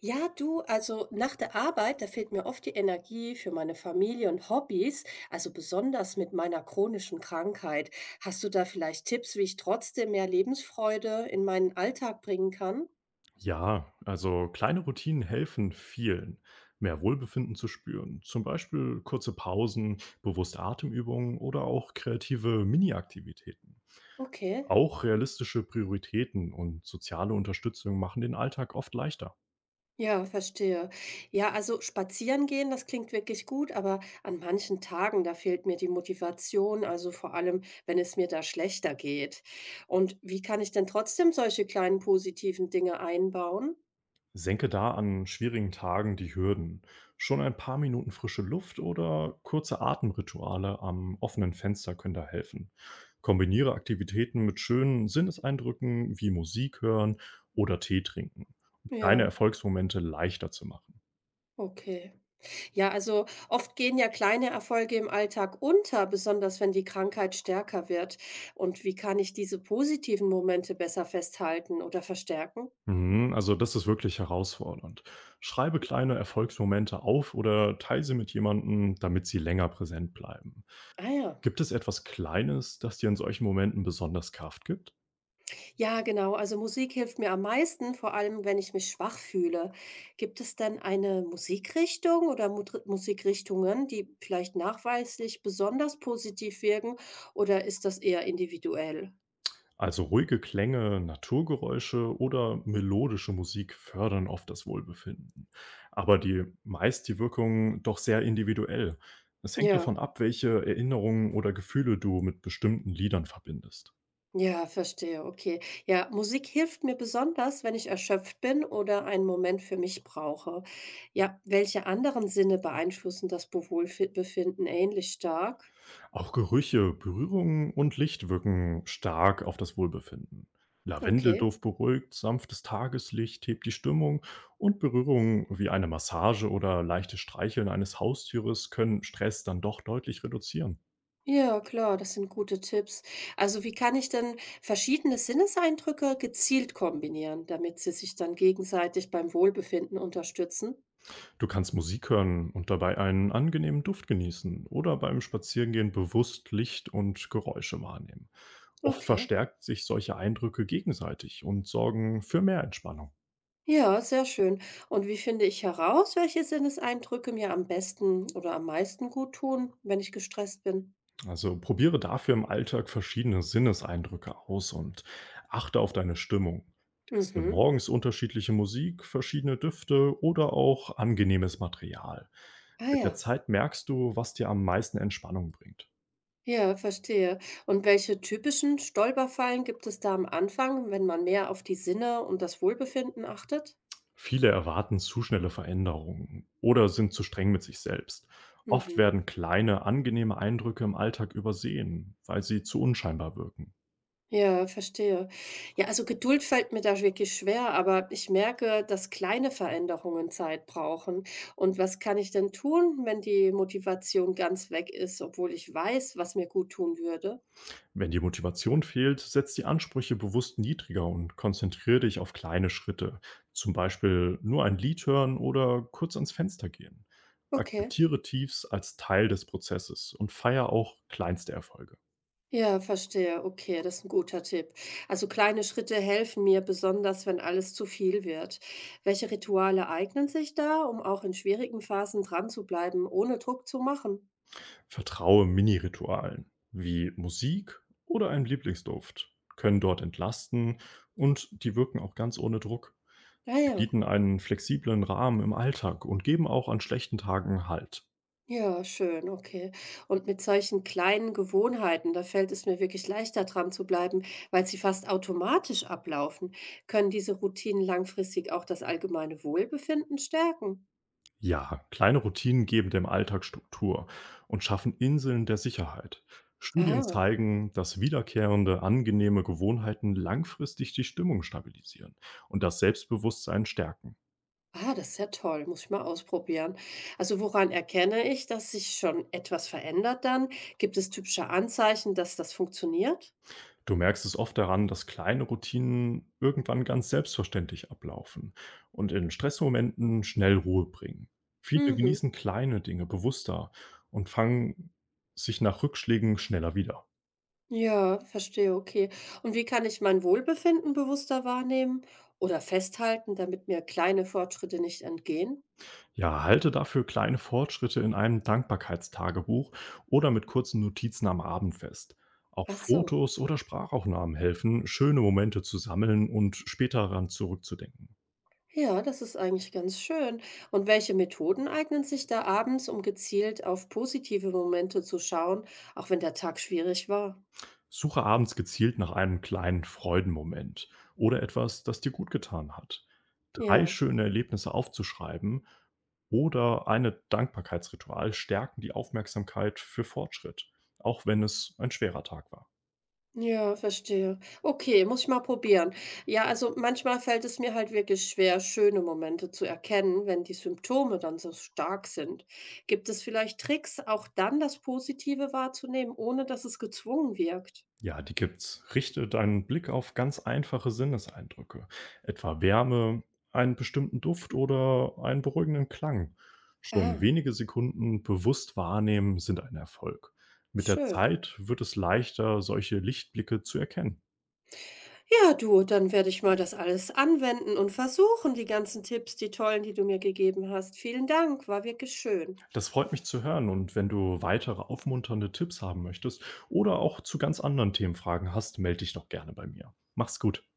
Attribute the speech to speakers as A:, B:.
A: Ja, du, also nach der Arbeit, da fehlt mir oft die Energie für meine Familie und Hobbys, also besonders mit meiner chronischen Krankheit. Hast du da vielleicht Tipps, wie ich trotzdem mehr Lebensfreude in meinen Alltag bringen kann?
B: Ja, also kleine Routinen helfen vielen, mehr Wohlbefinden zu spüren. Zum Beispiel kurze Pausen, bewusste Atemübungen oder auch kreative Mini-Aktivitäten.
A: Okay.
B: Auch realistische Prioritäten und soziale Unterstützung machen den Alltag oft leichter.
A: Ja, verstehe. Ja, also spazieren gehen, das klingt wirklich gut, aber an manchen Tagen, da fehlt mir die Motivation, also vor allem, wenn es mir da schlechter geht. Und wie kann ich denn trotzdem solche kleinen positiven Dinge einbauen?
B: Senke da an schwierigen Tagen die Hürden. Schon ein paar Minuten frische Luft oder kurze Atemrituale am offenen Fenster können da helfen. Kombiniere Aktivitäten mit schönen Sinneseindrücken wie Musik hören oder Tee trinken, um kleine
A: Ja,
B: Erfolgsmomente leichter zu machen.
A: okay. Ja, also oft gehen ja kleine Erfolge im Alltag unter, besonders wenn die Krankheit stärker wird. Und wie kann ich diese positiven Momente besser festhalten oder verstärken?
B: Mhm. Also das ist wirklich herausfordernd. Schreibe kleine Erfolgsmomente auf oder teile sie mit jemandem, damit sie länger präsent bleiben.
A: Ah ja.
B: Gibt es etwas Kleines, das dir in solchen Momenten besonders Kraft gibt?
A: Ja, genau. Also Musik hilft mir am meisten, vor allem wenn ich mich schwach fühle. Gibt es denn eine Musikrichtung oder Musikrichtungen, die vielleicht nachweislich besonders positiv wirken oder ist das eher individuell?
B: Also ruhige Klänge, Naturgeräusche oder melodische Musik fördern oft das Wohlbefinden. Aber die meist die Wirkung doch sehr individuell. Es hängt
A: Ja.
B: davon ab, welche Erinnerungen oder Gefühle du mit bestimmten Liedern verbindest.
A: Ja, verstehe, okay. Ja, Musik hilft mir besonders, wenn ich erschöpft bin oder einen Moment für mich brauche. Ja, welche anderen Sinne beeinflussen das Befinden ähnlich stark?
B: Auch Gerüche, Berührungen und Licht wirken stark auf das Wohlbefinden.
A: Okay.
B: Lavendelduft beruhigt, sanftes Tageslicht hebt die Stimmung und Berührungen wie eine Massage oder leichtes Streicheln eines Haustieres können Stress dann doch deutlich reduzieren.
A: Ja, klar, das sind gute Tipps. Also, wie kann ich denn verschiedene Sinneseindrücke gezielt kombinieren, damit sie sich dann gegenseitig beim Wohlbefinden unterstützen?
B: Du kannst Musik hören und dabei einen angenehmen Duft genießen oder beim Spazierengehen bewusst Licht und Geräusche wahrnehmen. Oft
A: Okay.
B: verstärkt sich solche Eindrücke gegenseitig und sorgen für mehr Entspannung.
A: Ja, sehr schön. Und wie finde ich heraus, welche Sinneseindrücke mir am besten oder am meisten gut tun, wenn ich gestresst bin?
B: Also probiere dafür im Alltag verschiedene Sinneseindrücke aus und achte auf deine Stimmung. Teste
A: Mhm.
B: morgens unterschiedliche Musik, verschiedene Düfte oder auch angenehmes Material.
A: Ah
B: Mit der
A: ja.
B: Zeit merkst du, was dir am meisten Entspannung bringt.
A: Ja, verstehe. Und welche typischen Stolperfallen gibt es da am Anfang, wenn man mehr auf die Sinne und das Wohlbefinden achtet?
B: Viele erwarten zu schnelle Veränderungen oder sind zu streng mit sich selbst. Oft
A: Mhm.
B: werden kleine, angenehme Eindrücke im Alltag übersehen, weil sie zu unscheinbar wirken.
A: Ja, verstehe. Ja, also Geduld fällt mir da wirklich schwer, aber ich merke, dass kleine Veränderungen Zeit brauchen. Und was kann ich denn tun, wenn die Motivation ganz weg ist, obwohl ich weiß, was mir gut tun würde?
B: Wenn die Motivation fehlt, setz die Ansprüche bewusst niedriger und konzentriere dich auf kleine Schritte. Zum Beispiel nur ein Lied hören oder kurz ans Fenster gehen.
A: Okay.
B: Akzeptiere Tiefs als Teil des Prozesses und feier auch kleinste Erfolge.
A: Ja, verstehe. Okay, das ist ein guter Tipp. Also kleine Schritte helfen mir besonders, wenn alles zu viel wird. Welche Rituale eignen sich da, um auch in schwierigen Phasen dran zu bleiben, ohne Druck zu machen?
B: Vertraue Mini-Ritualen wie Musik oder einem Lieblingsduft, können dort entlasten und die wirken auch ganz ohne Druck. Sie
A: Naja.
B: bieten einen flexiblen Rahmen im Alltag und geben auch an schlechten Tagen Halt.
A: Ja, schön, okay. Und mit solchen kleinen Gewohnheiten, da fällt es mir wirklich leichter dran zu bleiben, weil sie fast automatisch ablaufen, können diese Routinen langfristig auch das allgemeine Wohlbefinden stärken.
B: Ja, kleine Routinen geben dem Alltag Struktur und schaffen Inseln der Sicherheit. Studien
A: Ah,
B: zeigen, dass wiederkehrende, angenehme Gewohnheiten langfristig die Stimmung stabilisieren und das Selbstbewusstsein stärken.
A: ah, das ist ja toll, muss ich mal ausprobieren. Also woran erkenne ich, dass sich schon etwas verändert dann? Gibt es typische Anzeichen, dass das funktioniert?
B: Du merkst es oft daran, dass kleine Routinen irgendwann ganz selbstverständlich ablaufen und in Stressmomenten schnell Ruhe bringen. Viele
A: Mhm.
B: genießen kleine Dinge bewusster und fangen sich nach Rückschlägen schneller wieder.
A: Ja, verstehe, okay. Und wie kann ich mein Wohlbefinden bewusster wahrnehmen oder festhalten, damit mir kleine Fortschritte nicht entgehen?
B: Ja, halte dafür kleine Fortschritte in einem Dankbarkeitstagebuch oder mit kurzen Notizen am Abend fest. Auch
A: Ach so.
B: Fotos oder Sprachaufnahmen helfen, schöne Momente zu sammeln und später daran zurückzudenken.
A: Ja, das ist eigentlich ganz schön. Und welche Methoden eignen sich da abends, um gezielt auf positive Momente zu schauen, auch wenn der Tag schwierig war?
B: Suche abends gezielt nach einem kleinen Freudenmoment oder etwas, das dir gut getan hat. 3
A: Ja.
B: schöne Erlebnisse aufzuschreiben oder eine Dankbarkeitsritual stärken die Aufmerksamkeit für Fortschritt, auch wenn es ein schwerer Tag war.
A: Ja, verstehe. Okay, muss ich mal probieren. Ja, also manchmal fällt es mir halt wirklich schwer, schöne Momente zu erkennen, wenn die Symptome dann so stark sind. Gibt es vielleicht Tricks, auch dann das Positive wahrzunehmen, ohne dass es gezwungen wirkt?
B: Ja, die gibt's. Richte deinen Blick auf ganz einfache Sinneseindrücke, etwa Wärme, einen bestimmten Duft oder einen beruhigenden Klang. Schon
A: Ah,
B: wenige Sekunden bewusst wahrnehmen sind ein Erfolg. Mit der
A: schön.
B: Zeit wird es leichter, solche Lichtblicke zu erkennen.
A: Ja, du, dann werde ich mal das alles anwenden und versuchen, die ganzen Tipps, die tollen, die du mir gegeben hast. Vielen Dank, war wirklich schön.
B: Das freut mich zu hören und wenn du weitere aufmunternde Tipps haben möchtest oder auch zu ganz anderen Themenfragen hast, melde dich doch gerne bei mir. Mach's gut.